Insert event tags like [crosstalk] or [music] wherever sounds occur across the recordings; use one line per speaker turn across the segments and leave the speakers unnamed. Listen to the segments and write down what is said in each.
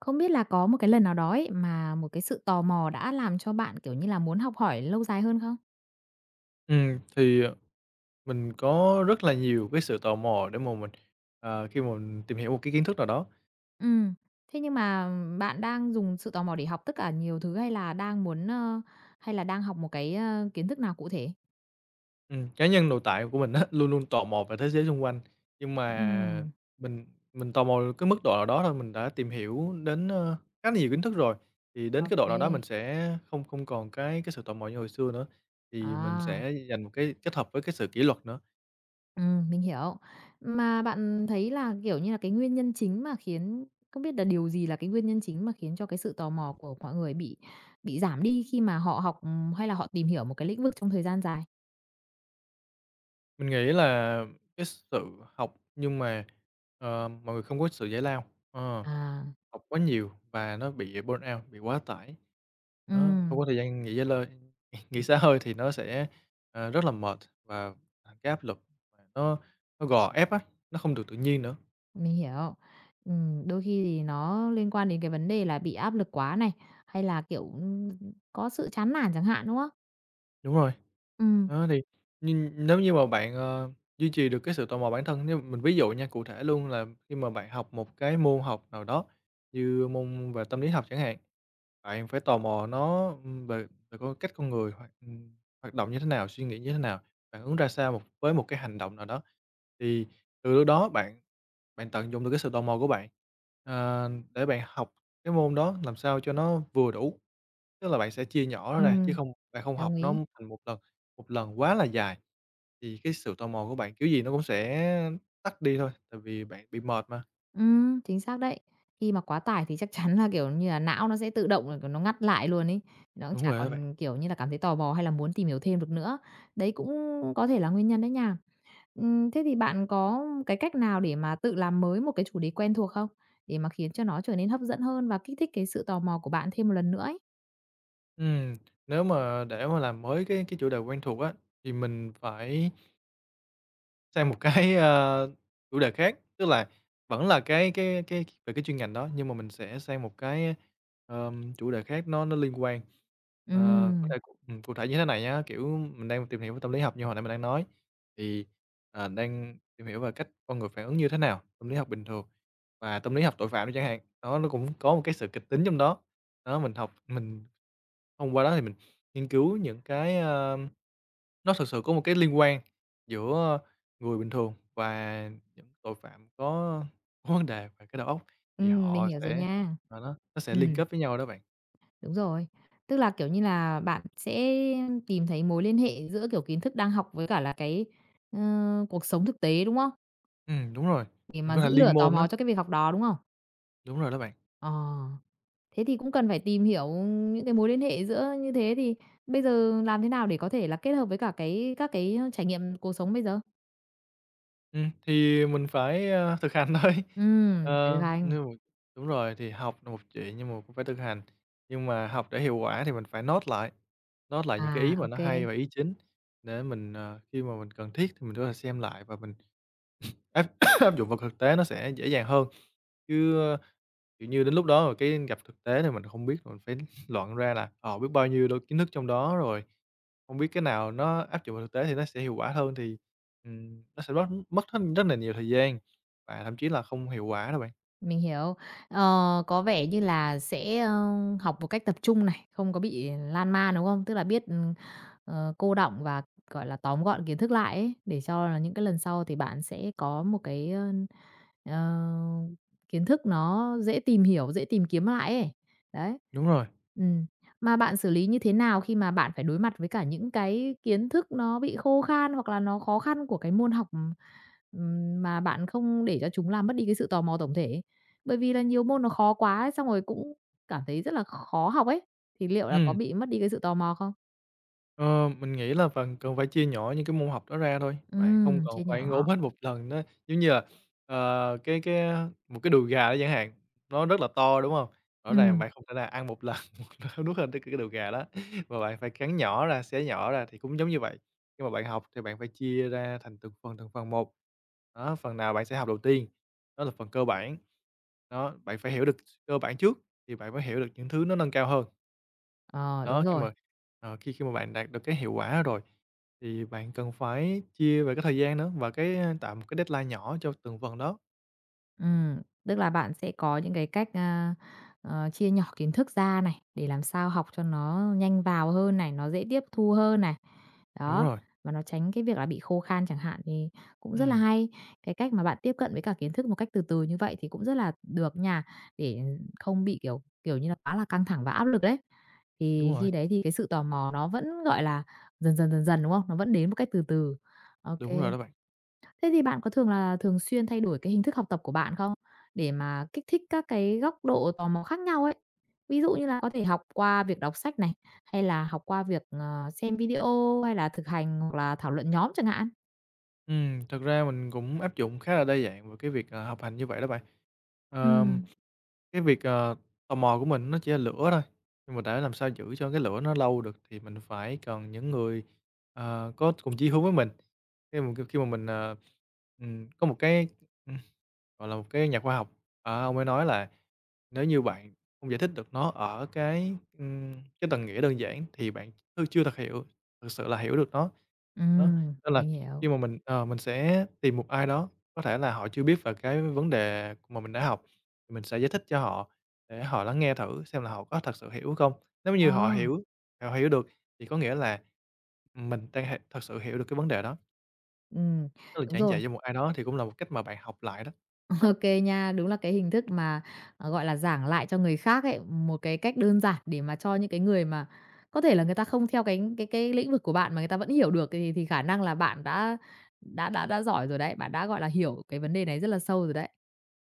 Không biết là có một cái lần nào đó ấy, mà một cái sự tò mò đã làm cho bạn, muốn học hỏi lâu dài hơn không?
Ừm, thì, ờ, mình có rất là nhiều cái sự tò mò để mà mình khi mà mình tìm hiểu một cái kiến thức nào đó.
Ừm, thế nhưng mà bạn đang dùng sự tò mò để học tất cả nhiều thứ hay là đang muốn, hay là đang học một cái, kiến thức nào cụ thể?
Cá nhân nội tại của mình á, [laughs] luôn luôn tò mò về thế giới xung quanh, nhưng mà
Ừm,
mình mình tò mò cái mức độ nào đó thôi, mình đã tìm hiểu đến khá là nhiều kiến thức rồi, thì đến
ô
cái độ nào
kê.
đó mình sẽ không không còn cái sự tò mò như hồi xưa nữa, thì mình
À,
sẽ dành một cái kết hợp với cái sự kỷ luật nữa.
mình hiểu. Mà bạn thấy là, cái nguyên nhân chính mà không biết là điều gì là cái nguyên nhân chính mà khiến cho cái sự tò mò của mọi người bị giảm đi khi mà họ học, hay là họ tìm hiểu một cái lĩnh vực trong thời gian dài?
Mình nghĩ là cái sự học nhưng mà mọi người không có sự giải lao. Ờ.
À.
Học quá nhiều và nó bị burnout, bị quá tải. Đó, không
Ừm,
có thời gian nghỉ giải lơi [laughs] nghỉ xả hơi thì nó sẽ rất là mệt và cái áp lực mà nó gò ép á, nó không được tự nhiên nữa.
mình hiểu. Đôi khi thì nó liên quan đến cái vấn đề là bị áp lực quá này, hay là, có sự chán nản chẳng hạn, đúng không?
Đúng rồi.
Ừm,
Đó, thì nhưng nếu như mà bạn duy trì được cái sự tò mò bản thân, nếu mình ví dụ nha, cụ thể luôn là khi mà bạn học một cái môn học nào đó như môn về tâm lý học chẳng hạn, bạn phải tò mò nó, về về con cách con người hoạt hoạt động như thế nào, suy nghĩ như thế nào, phản ứng ra sao một với một cái hành động nào đó. Thì từ lúc đó bạn bạn tận dụng được cái sự tò mò của bạn để bạn học cái môn đó làm sao cho nó vừa đủ. Tức là bạn sẽ chia nhỏ nó ra chứ
ừm,
không bạn không
đồng
học nó
ý.
thành một lần quá là dài, thì cái sự tò mò của bạn kiểu gì nó cũng sẽ tắt đi thôi, tại vì bạn bị mệt mà.
Chính xác đấy. Khi mà quá tải thì chắc chắn là, não nó sẽ tự động là, nó ngắt lại luôn ấy, nó cũng
Đúng
chả
rồi đó bạn.
còn, cảm thấy tò mò hay là muốn tìm hiểu thêm được nữa. Đấy cũng có thể là nguyên nhân đấy nha. Thế thì bạn có cái cách nào để mà tự làm mới một cái chủ đề quen thuộc không? Để mà khiến cho nó trở nên hấp dẫn hơn và kích thích cái sự tò mò của bạn thêm một lần nữa ấy?
Ừm, Nếu mà để mà làm mới cái chủ đề quen thuộc á, thì mình phải sang một cái chủ đề khác, tức là vẫn là cái về cái chuyên ngành đó, nhưng mà mình sẽ sang một cái chủ đề khác nó liên quan. Ờ, có
Ừm,
thể cụ cụ thể như thế này nhá, kiểu, mình đang tìm hiểu về tâm lý học như hồi nãy mình đang nói, thì đang tìm hiểu về cách con người phản ứng như thế nào, tâm lý học bình thường và tâm lý học tội phạm đi chẳng hạn. Đó, nó cũng có một cái sự kịch tính trong đó. Đó, mình học, mình thông qua đó thì mình nghiên cứu những cái nó thực sự có một cái liên quan giữa người bình thường và những tội phạm có vấn đề về cái đầu óc, thì
mình
họ
hiểu rồi
sẽ
nha.
và nó sẽ liên
Ừm,
kết với nhau đó bạn.
đúng rồi. Tức là, bạn sẽ tìm thấy mối liên hệ giữa, kiến thức đang học với cả là cái, ơ, cuộc sống thực tế, đúng không?
Đúng rồi,
Để
mình
mà
có thể
giữ lửa
liên
tò
môn đó,
mò cho cái việc học đó, đúng không?
đúng rồi đó bạn.
Ờ. Thế thì cũng cần phải tìm hiểu những cái mối liên hệ giữa như thế thì bây giờ làm thế nào để có thể là kết hợp với cả các cái trải nghiệm cuộc sống bây giờ?
Thì mình phải, ơ, thực hành thôi.
Phải thực
Ờ,
hành.
nhưng mà đúng rồi, thì học là một chuyện nhưng mà cũng phải thực hành, nhưng mà học để hiệu quả thì mình phải note lại những cái
À,
ý mà nó
ok.
hay và ý chính để mình khi mà mình cần thiết thì mình có thể xem lại và mình áp [coughs] áp dụng vào thực tế nó sẽ dễ dàng hơn, chứ kiểu như, đến lúc đó rồi cái gặp thực tế này mình không biết, mình phải [laughs] loạn ra là biết bao nhiêu đôi kiến thức trong đó rồi, không biết cái nào nó áp dụng vào thực tế thì nó sẽ hiệu quả hơn thì nó sẽ mất mất hết rất là nhiều thời gian và thậm chí là không hiệu quả đâu bạn.
Mình hiểu. Ờ, có vẻ như là sẽ, học một cách tập trung này, không có bị lan man, đúng không? Tức là biết, ờ, cô đọng và, gọi là, tóm gọn kiến thức lại ấy, để cho là những cái lần sau thì bạn sẽ có một cái, ờ, kiến thức nó dễ tìm hiểu, dễ tìm kiếm lại ấy. Đấy.
Đúng rồi,
Ừm. Mà bạn xử lý như thế nào khi mà bạn phải đối mặt với cả những cái kiến thức nó bị khô khan hoặc là nó khó khăn của cái môn học. Mà bạn không để cho chúng làm mất đi cái sự tò mò tổng thể ấy. Bởi vì là nhiều môn nó khó quá ấy, xong rồi cũng cảm thấy rất là khó học ấy, thì liệu là có
ừm.
bị mất đi cái sự tò mò không?
Ờ, mình nghĩ là phần cần phải chia nhỏ những cái môn học đó ra thôi, bạn không cần
Chia
phải gộp
nhỏ.
hết một lần đó giống như là, ờ, cái cái, một cái đùi gà đó chẳng hạn, nó rất là to, đúng không? Rõ ràng
Ừm,
bạn không thể nào ăn một lần, [laughs] một lần nuốt hết cái đùi gà đó, mà bạn phải cắn nhỏ ra, xé nhỏ ra thì cũng giống như vậy. Nhưng mà bạn học thì bạn phải chia ra thành từng phần một. Đó, phần nào bạn sẽ học đầu tiên, đó là phần cơ bản. Đó, bạn phải hiểu được cơ bản trước thì bạn mới hiểu được những thứ nó nâng cao hơn.
ờ, đúng
Đó, khi
rồi.
mà ờ, khi khi mà bạn đạt được cái hiệu quả đó rồi, thì bạn cần phải chia về cái thời gian nữa và tạo một cái deadline nhỏ cho từng phần đó.
Ừm, tức là bạn sẽ có những cái cách, ờ, chia nhỏ kiến thức ra này, để làm sao học cho nó nhanh vào hơn này, nó dễ tiếp thu hơn này.
Đúng
Đó,
rồi,
và nó tránh cái việc là bị khô khan chẳng hạn, thì cũng rất là
ừm,
hay. Cái cách mà bạn tiếp cận với cả kiến thức một cách từ từ như vậy thì cũng rất là được nha, để không bị, kiểu, kiểu như là, quá là căng thẳng và áp lực đấy.
đúng
Thì
rồi,
khi đấy thì cái sự tò mò nó vẫn, gọi là, dần dần, dần dần, đúng không? Nó vẫn đến một cách từ từ. Ok.
đúng rồi đó bạn.
Thế thì bạn có thường là thường xuyên thay đổi cái hình thức học tập của bạn không? Để mà kích thích các cái góc độ tò mò khác nhau ấy. Ví dụ như là có thể học qua việc đọc sách này, hay là học qua việc, xem video, hay là thực hành hoặc là thảo luận nhóm chẳng hạn.
Thật ra mình cũng áp dụng khá là đa dạng vào cái việc học hành như vậy đó bạn. Ờm,
Ừm,
cái việc tò mò của mình nó chỉ là lửa thôi, nhưng mà để làm sao giữ cho cái lửa nó lâu được thì mình phải cần những người có cùng chí hướng với mình. Khi mà mình có một cái, ừm, gọi là, một cái nhà khoa học, ông ấy nói là nếu như bạn không giải thích được nó ở cái tầng nghĩa đơn giản thì bạn chưa thật hiểu thực sự là hiểu được nó. Đó, nên là
mình hiểu.
khi mà mình sẽ tìm một ai đó, có thể là họ chưa biết về cái vấn đề mà mình đã học, thì mình sẽ giải thích cho họ để họ lắng nghe thử xem là họ có thật sự hiểu không. Nếu
Ờ,
như họ hiểu được thì có nghĩa là mình đang thật sự hiểu được cái vấn đề đó,
ừm,
tức là
đúng
giảng
rồi.
dạy cho một ai đó thì cũng là một cách mà bạn học lại đó.
OK nha. Đúng là cái hình thức mà, ờ, gọi là, giảng lại cho người khác ấy, một cái cách đơn giản để mà cho những cái người mà có thể là người ta không theo cái lĩnh vực của bạn mà người ta vẫn hiểu được thì khả năng là bạn đã giỏi rồi đấy, bạn đã, gọi là, hiểu cái vấn đề này rất là sâu rồi đấy.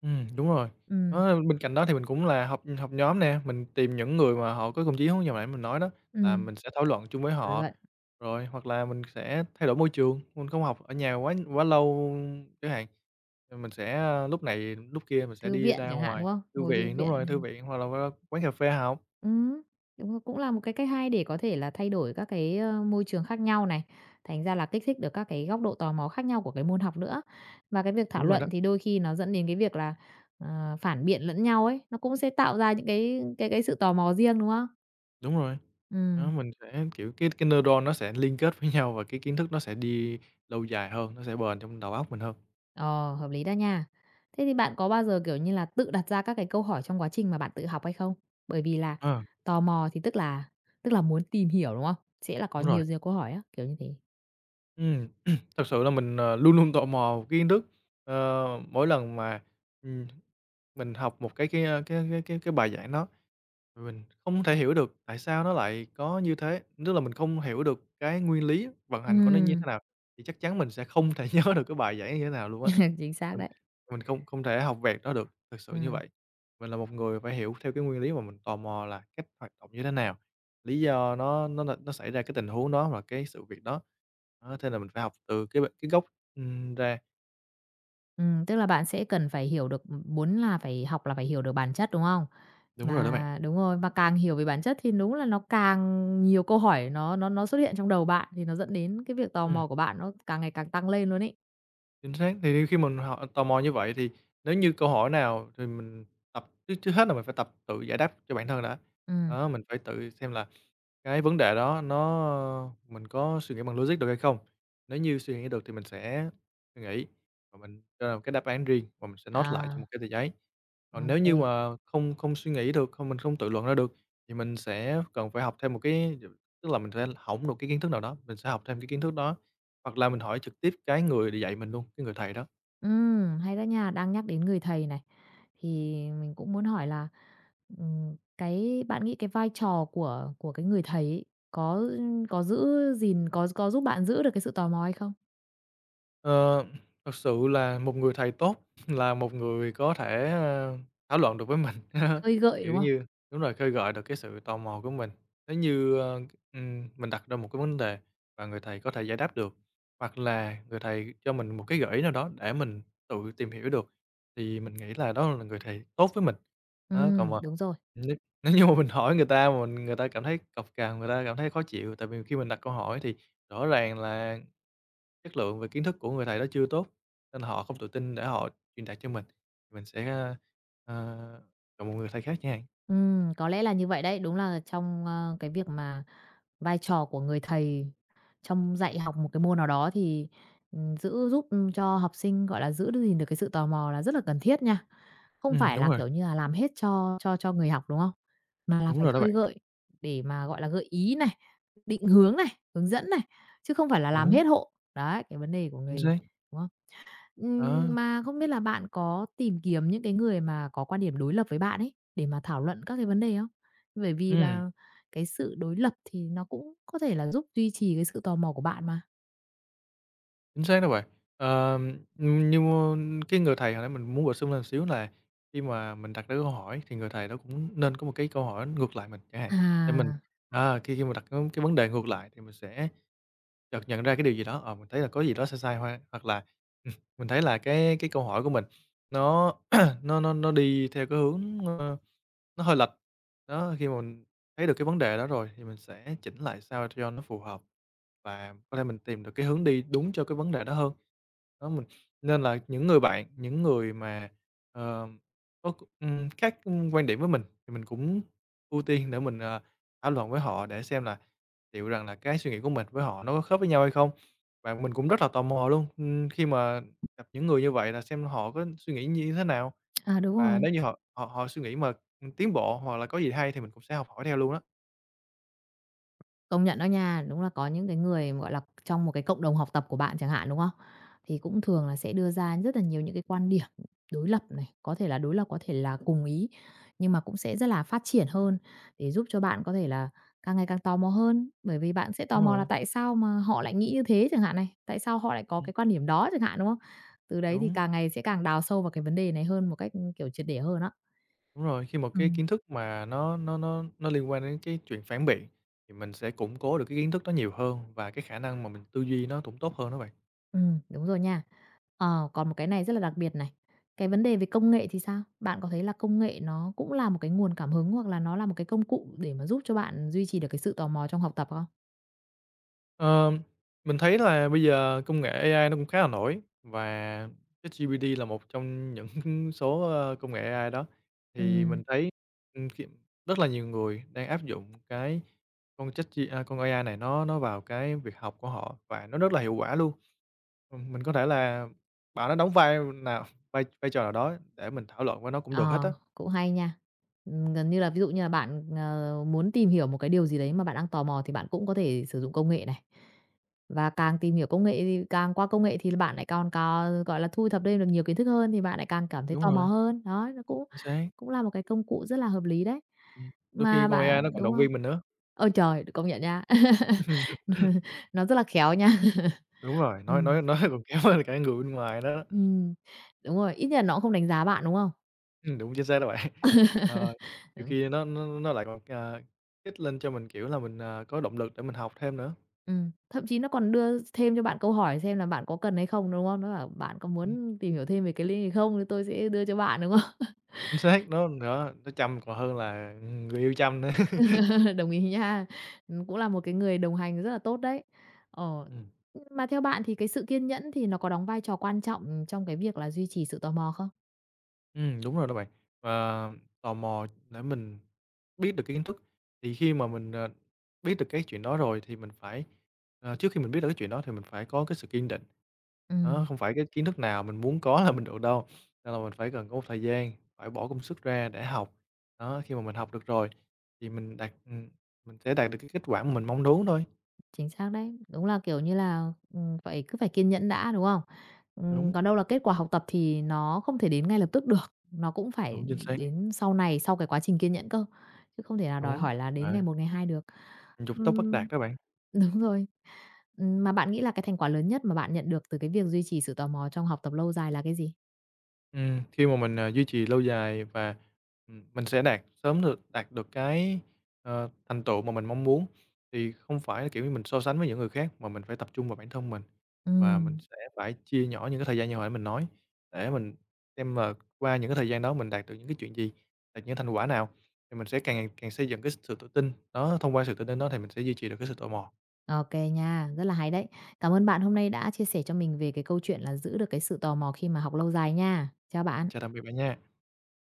Đúng rồi.
Ừm,
Đó, bên cạnh đó thì mình cũng là họp họp nhóm nè, mình tìm những người mà họ có cùng chí hướng như hồi nãy mình nói đó, là
ừm,
mình sẽ thảo luận chung với
thảo
họ.
luận,
Rồi hoặc là mình sẽ thay đổi môi trường, mình không học ở nhà quá quá lâu chẳng hạn, rồi mình sẽ, a, lúc này lúc kia mình sẽ
thư
đi
viện
ra
chẳng hạn,
ngoài
đúng không?
thư
Ngồi thư
viện đúng rồi, thư
viện.
viện hoặc là qua quán cà phê học.
Ừm, đúng rồi, cũng là một cái cách hay để có thể là thay đổi các cái, môi trường khác nhau này, thành ra là kích thích được các cái góc độ tò mò khác nhau của cái môn học nữa. Và cái việc thảo
Đúng rồi đó,
luận thì đôi khi nó dẫn đến cái việc là, ờ, phản biện lẫn nhau ấy, nó cũng sẽ tạo ra những cái sự tò mò riêng, đúng không?
đúng rồi. Đó,
Ừm,
mình sẽ, kiểu, cái neuron nó sẽ liên kết với nhau và cái kiến thức nó sẽ đi lâu dài hơn, nó sẽ bền trong đầu óc mình hơn.
ờ, hợp lý đó nha. Thế thì bạn có bao giờ, tự đặt ra các cái câu hỏi trong quá trình mà bạn tự học hay không? Bởi vì là
Ờ,
tò mò thì tức là muốn tìm hiểu, đúng không? Sẽ là có
đúng rồi.
nhiều nhiều câu hỏi á, kiểu như thế.
Ừm, [clears throat] thật sự là mình luôn luôn tò mò một kiến thức. Ờ, mỗi lần mà, ừm, mình học một cái, a, cái cái bài giảng đó, mình không thể hiểu được tại sao nó lại có như thế, tức là mình không hiểu được cái nguyên lý vận hành của nó như thế
Ừm,
nào, thì chắc chắn mình sẽ không thể [laughs] nhớ được cái bài giảng như thế nào luôn á.
[laughs] chính xác
Mình
đấy.
mình không không thể học vẹt đó được, thực sự như
Ừm,
vậy. Mình là một người phải hiểu theo cái nguyên lý mà mình tò mò là cách hoạt động như thế nào, lý do nó xảy ra cái tình huống đó hoặc cái sự việc đó. Đó, thế là mình phải học từ cái gốc ra.
tức là bạn sẽ cần phải hiểu được muốn là phải học là phải hiểu được bản chất, đúng không?
Đúng rồi đó bạn.
Mà đúng rồi, mà càng hiểu về bản chất thì đúng là nó càng nhiều câu hỏi nó xuất hiện trong đầu bạn, thì nó dẫn đến cái việc tò
Ừm,
mò của bạn nó càng ngày càng tăng lên luôn ấy.
chính xác. Thì khi mình tò mò như vậy thì nếu như câu hỏi nào thì mình tập trước trước hết là mình phải tập tự giải đáp cho bản thân đã.
Ừm,
Đó, mình phải tự xem là cái vấn đề đó nó mình có suy nghĩ bằng logic được hay không? Nếu như suy nghĩ được thì mình sẽ suy nghĩ và mình cho ra một cái đáp án riêng và mình sẽ note lại trong một
à,
cái tờ giấy.
ô
Còn nếu như
kê.
mà không không suy nghĩ được, không mình không tự luận ra được thì mình sẽ cần phải học thêm một cái tức là mình sẽ hỏng được cái kiến thức nào đó, mình sẽ học thêm cái kiến thức đó, hoặc là mình hỏi trực tiếp cái người để dạy mình luôn, cái người thầy đó.
Hay đó nha, đang nhắc đến người thầy này, thì mình cũng muốn hỏi là, cái bạn nghĩ cái vai trò của cái người thầy ấy, có có giữ gìn, có giúp bạn giữ được cái sự tò mò hay không?
Ờ, thật sự là một người thầy tốt [laughs] là một người có thể thảo luận được với mình, [laughs]
Khơi gợi,
kiểu
đúng không?
như đúng rồi, khơi gợi được cái sự tò mò của mình. Nếu như, ơ, mình đặt ra một cái vấn đề và người thầy có thể giải đáp được, hoặc là người thầy cho mình một cái gợi ý nào đó để mình tự tìm hiểu được, thì mình nghĩ là đó là người thầy tốt với mình.
Ừ,
Đó, còn mà
đúng rồi.
nếu nếu như mà mình hỏi người ta mà mình người ta cảm thấy cộc cằn, người ta cảm thấy khó chịu, tại vì khi mình đặt câu hỏi thì rõ ràng là chất lượng về kiến thức của người thầy đó chưa tốt, nên họ không tự tin để họ truyền đạt cho mình, thì mình sẽ, ờ, chọn một người thầy khác chẳng hạn.
Ừ, có lẽ là như vậy đấy. Đúng là trong, cái việc mà vai trò của người thầy trong dạy học một cái môn nào đó thì, giữ giúp cho học sinh, gọi là, giữ được gìn được cái sự tò mò là rất là cần thiết nha. Không
Ừm,
phải
đúng
là,
rồi,
làm hết cho người học, đúng không? Mà là
đúng
phải
rồi đó
khơi
bạn,
gợi để mà, gọi là, gợi ý này, định hướng này, hướng dẫn này, chứ không phải là làm
đúng,
hết hộ. Đấy, cái vấn đề của
chính
người
xác,
đúng không?
đó,
Mà không biết là bạn có tìm kiếm những cái người mà có quan điểm đối lập với bạn ấy, để mà thảo luận các cái vấn đề không? Bởi vì
ừm,
là cái sự đối lập thì nó cũng có thể là giúp duy trì cái sự tò mò của bạn mà.
chính xác đó bạn. Ờ, ừm, nhưng, ơ, cái người thầy hồi nãy mình muốn bổ sung lên xíu là khi mà mình đặt ra câu hỏi thì người thầy đó cũng nên có một cái câu hỏi ngược lại mình chẳng hạn, để mình
À,
à, khi khi mà đặt cái vấn đề ngược lại thì mình sẽ chợt nhận ra cái điều gì đó, ờ, mình thấy là có gì đó sai sai hoa hoặc là, mình thấy là cái câu hỏi của mình nó [clears throat] nó đi theo cái hướng, ơ, nó hơi lệch. Đó, khi mà mình thấy được cái vấn đề đó rồi thì mình sẽ chỉnh lại sao cho nó phù hợp và có thể mình tìm được cái hướng đi đúng cho cái vấn đề đó hơn. Đó, mình nên là những người bạn, những người mà, ờ, có, khác, quan điểm với mình thì mình cũng ưu tiên để mình, thảo luận với họ để xem là liệu rằng là cái suy nghĩ của mình với họ nó có khớp với nhau hay không? Và mình cũng rất là tò mò luôn, khi mà gặp những người như vậy là xem họ có suy nghĩ như thế nào?
à, đúng
Và
rồi.
nếu như họ họ họ suy nghĩ mà tiến bộ hoặc là có gì hay thì mình cũng sẽ học hỏi theo luôn á.
Công nhận đó nha, đúng là có những cái người, gọi là, trong một cái cộng đồng học tập của bạn chẳng hạn, đúng không? Thì cũng thường là sẽ đưa ra rất là nhiều những cái quan điểm đối lập này, có thể là đối lập, có thể là cùng ý, nhưng mà cũng sẽ rất là phát triển hơn để giúp cho bạn có thể là càng ngày càng tò mò hơn, bởi vì bạn sẽ tò
Đúng
mò là
rồi,
tại sao mà họ lại nghĩ như thế chẳng hạn này, tại sao họ lại có
ừm,
cái quan điểm đó chẳng hạn, đúng không? Từ đấy thì
đúng,
càng ngày sẽ càng đào sâu vào cái vấn đề này hơn một cách, triệt để hơn á.
đúng rồi, khi một cái
Ừm.
kiến thức mà nó liên quan đến cái chuyện phản biện thì mình sẽ củng cố được cái kiến thức đó nhiều hơn và cái khả năng mà mình tư duy nó cũng tốt hơn đó bạn.
Ừ, đúng rồi nha. Ờ, còn một cái này rất là đặc biệt này, cái vấn đề về công nghệ thì sao? Bạn có thấy là công nghệ nó cũng là một cái nguồn cảm hứng hoặc là nó là một cái công cụ để mà giúp cho bạn duy trì được cái sự tò mò trong học tập không?
Ờ, mình thấy là bây giờ công nghệ AI nó cũng khá là nổi và ChatGPT là một trong những [laughs] số, công nghệ AI đó. Thì mình
Ừm.
thấy, khi rất là nhiều người đang áp dụng cái con Chat con AI này nó vào cái việc học của họ và nó rất là hiệu quả luôn. Mình có thể là bảo nó đóng vai nào vai vai trò nào đó để mình thảo luận với nó cũng được hết á.
Ờ, cũng hay nha. Gần như là ví dụ như là bạn, muốn tìm hiểu một cái điều gì đấy mà bạn đang tò mò thì bạn cũng có thể sử dụng công nghệ này. Và càng tìm hiểu công nghệ thì càng qua công nghệ thì bạn lại còn có, gọi là, thu thập thêm được nhiều kiến thức hơn thì bạn lại càng cảm thấy
Đúng
tò mò
rồi,
hơn. Đó, nó cũng
chính xác.
cũng là một cái công cụ rất là hợp lý đấy.
Ừm, đôi khi
Mà
con
bạn
AI nó còn
đúng
động
không?
viên mình nữa.
Ôi trời, công nhận nha. [laughs]
[laughs]
Nó rất là khéo nha. [laughs]
Đúng rồi, nói
Ừm,
nói nói [laughs] còn kéo hơn cả người bên ngoài đó.
ừm, đúng rồi, ít nhất là nó cũng không đánh giá bạn, đúng không?
Đúng, chính xác đó bạn. [laughs] Mà
[laughs]
nhiều
Đúng.
khi nó lại còn, kích lên cho mình, kiểu là, mình, có động lực để mình học thêm nữa.
Thậm chí nó còn đưa thêm cho bạn câu hỏi xem là bạn có cần hay không, đúng không? Nó bảo "Bạn có
Ừm,
muốn tìm hiểu thêm về cái link này không thì tôi sẽ đưa cho bạn", đúng không?
chính xác, nó nữa nó chăm còn hơn là người yêu chăm nữa.
[laughs] Đồng ý nha. Cũng là một cái người đồng hành rất là tốt đấy. Ờ,
[laughs]
mà theo bạn thì cái sự kiên nhẫn thì nó có đóng vai trò quan trọng trong cái việc là duy trì sự tò mò không?
Đúng rồi đó bạn. Và tò mò để mình biết được cái kiến thức, thì khi mà mình, biết được cái chuyện đó rồi thì mình phải trước khi mình biết được cái chuyện đó thì mình phải có cái sự kiên định. Đó,
Ừm.
không phải cái kiến thức nào mình muốn có là mình được đâu, nên là mình phải cần có một thời gian, phải bỏ công sức ra để học. Đó, khi mà mình học được rồi thì mình sẽ đạt được cái kết quả mà mình mong muốn thôi.
Chính xác đấy. Đúng là, phải cứ phải kiên nhẫn đã, đúng không?
Đúng,
Còn đâu là kết quả học tập thì nó không thể đến ngay lập tức được, nó cũng
đúng,
phải
chính xác,
đến sau này, sau cái quá trình kiên nhẫn cơ, chứ không thể nào đòi
đúng,
hỏi là đến ngày
à,
một ngày hai được.
Dục tốc bất đạt
Ừm,
đó bạn.
[laughs] đúng rồi. Mà bạn nghĩ là cái thành quả lớn nhất mà bạn nhận được từ cái việc duy trì sự tò mò trong học tập lâu dài là cái gì?
Khi mà mình, duy trì lâu dài và, mình sẽ đạt được cái, thành tựu mà mình mong muốn, thì không phải là, kiểu như, mình so sánh với những người khác mà mình phải tập trung vào bản thân mình. Và mình
Ừm,
sẽ phải chia nhỏ những cái thời gian như hồi nãy mình nói, để mình xem là qua những cái thời gian đó mình đạt được những cái chuyện gì, đạt những thành quả nào, thì mình sẽ càng càng xây dựng cái sự tự tin, đó, thông qua sự tự tin đó thì mình sẽ duy trì được cái sự tò mò.
ô nha, rất là hay đấy. Cảm ơn bạn hôm nay đã chia sẻ cho mình về cái câu chuyện là giữ được cái sự tò mò khi mà học lâu dài nha. Chào bạn.
Chào tạm biệt bạn nha.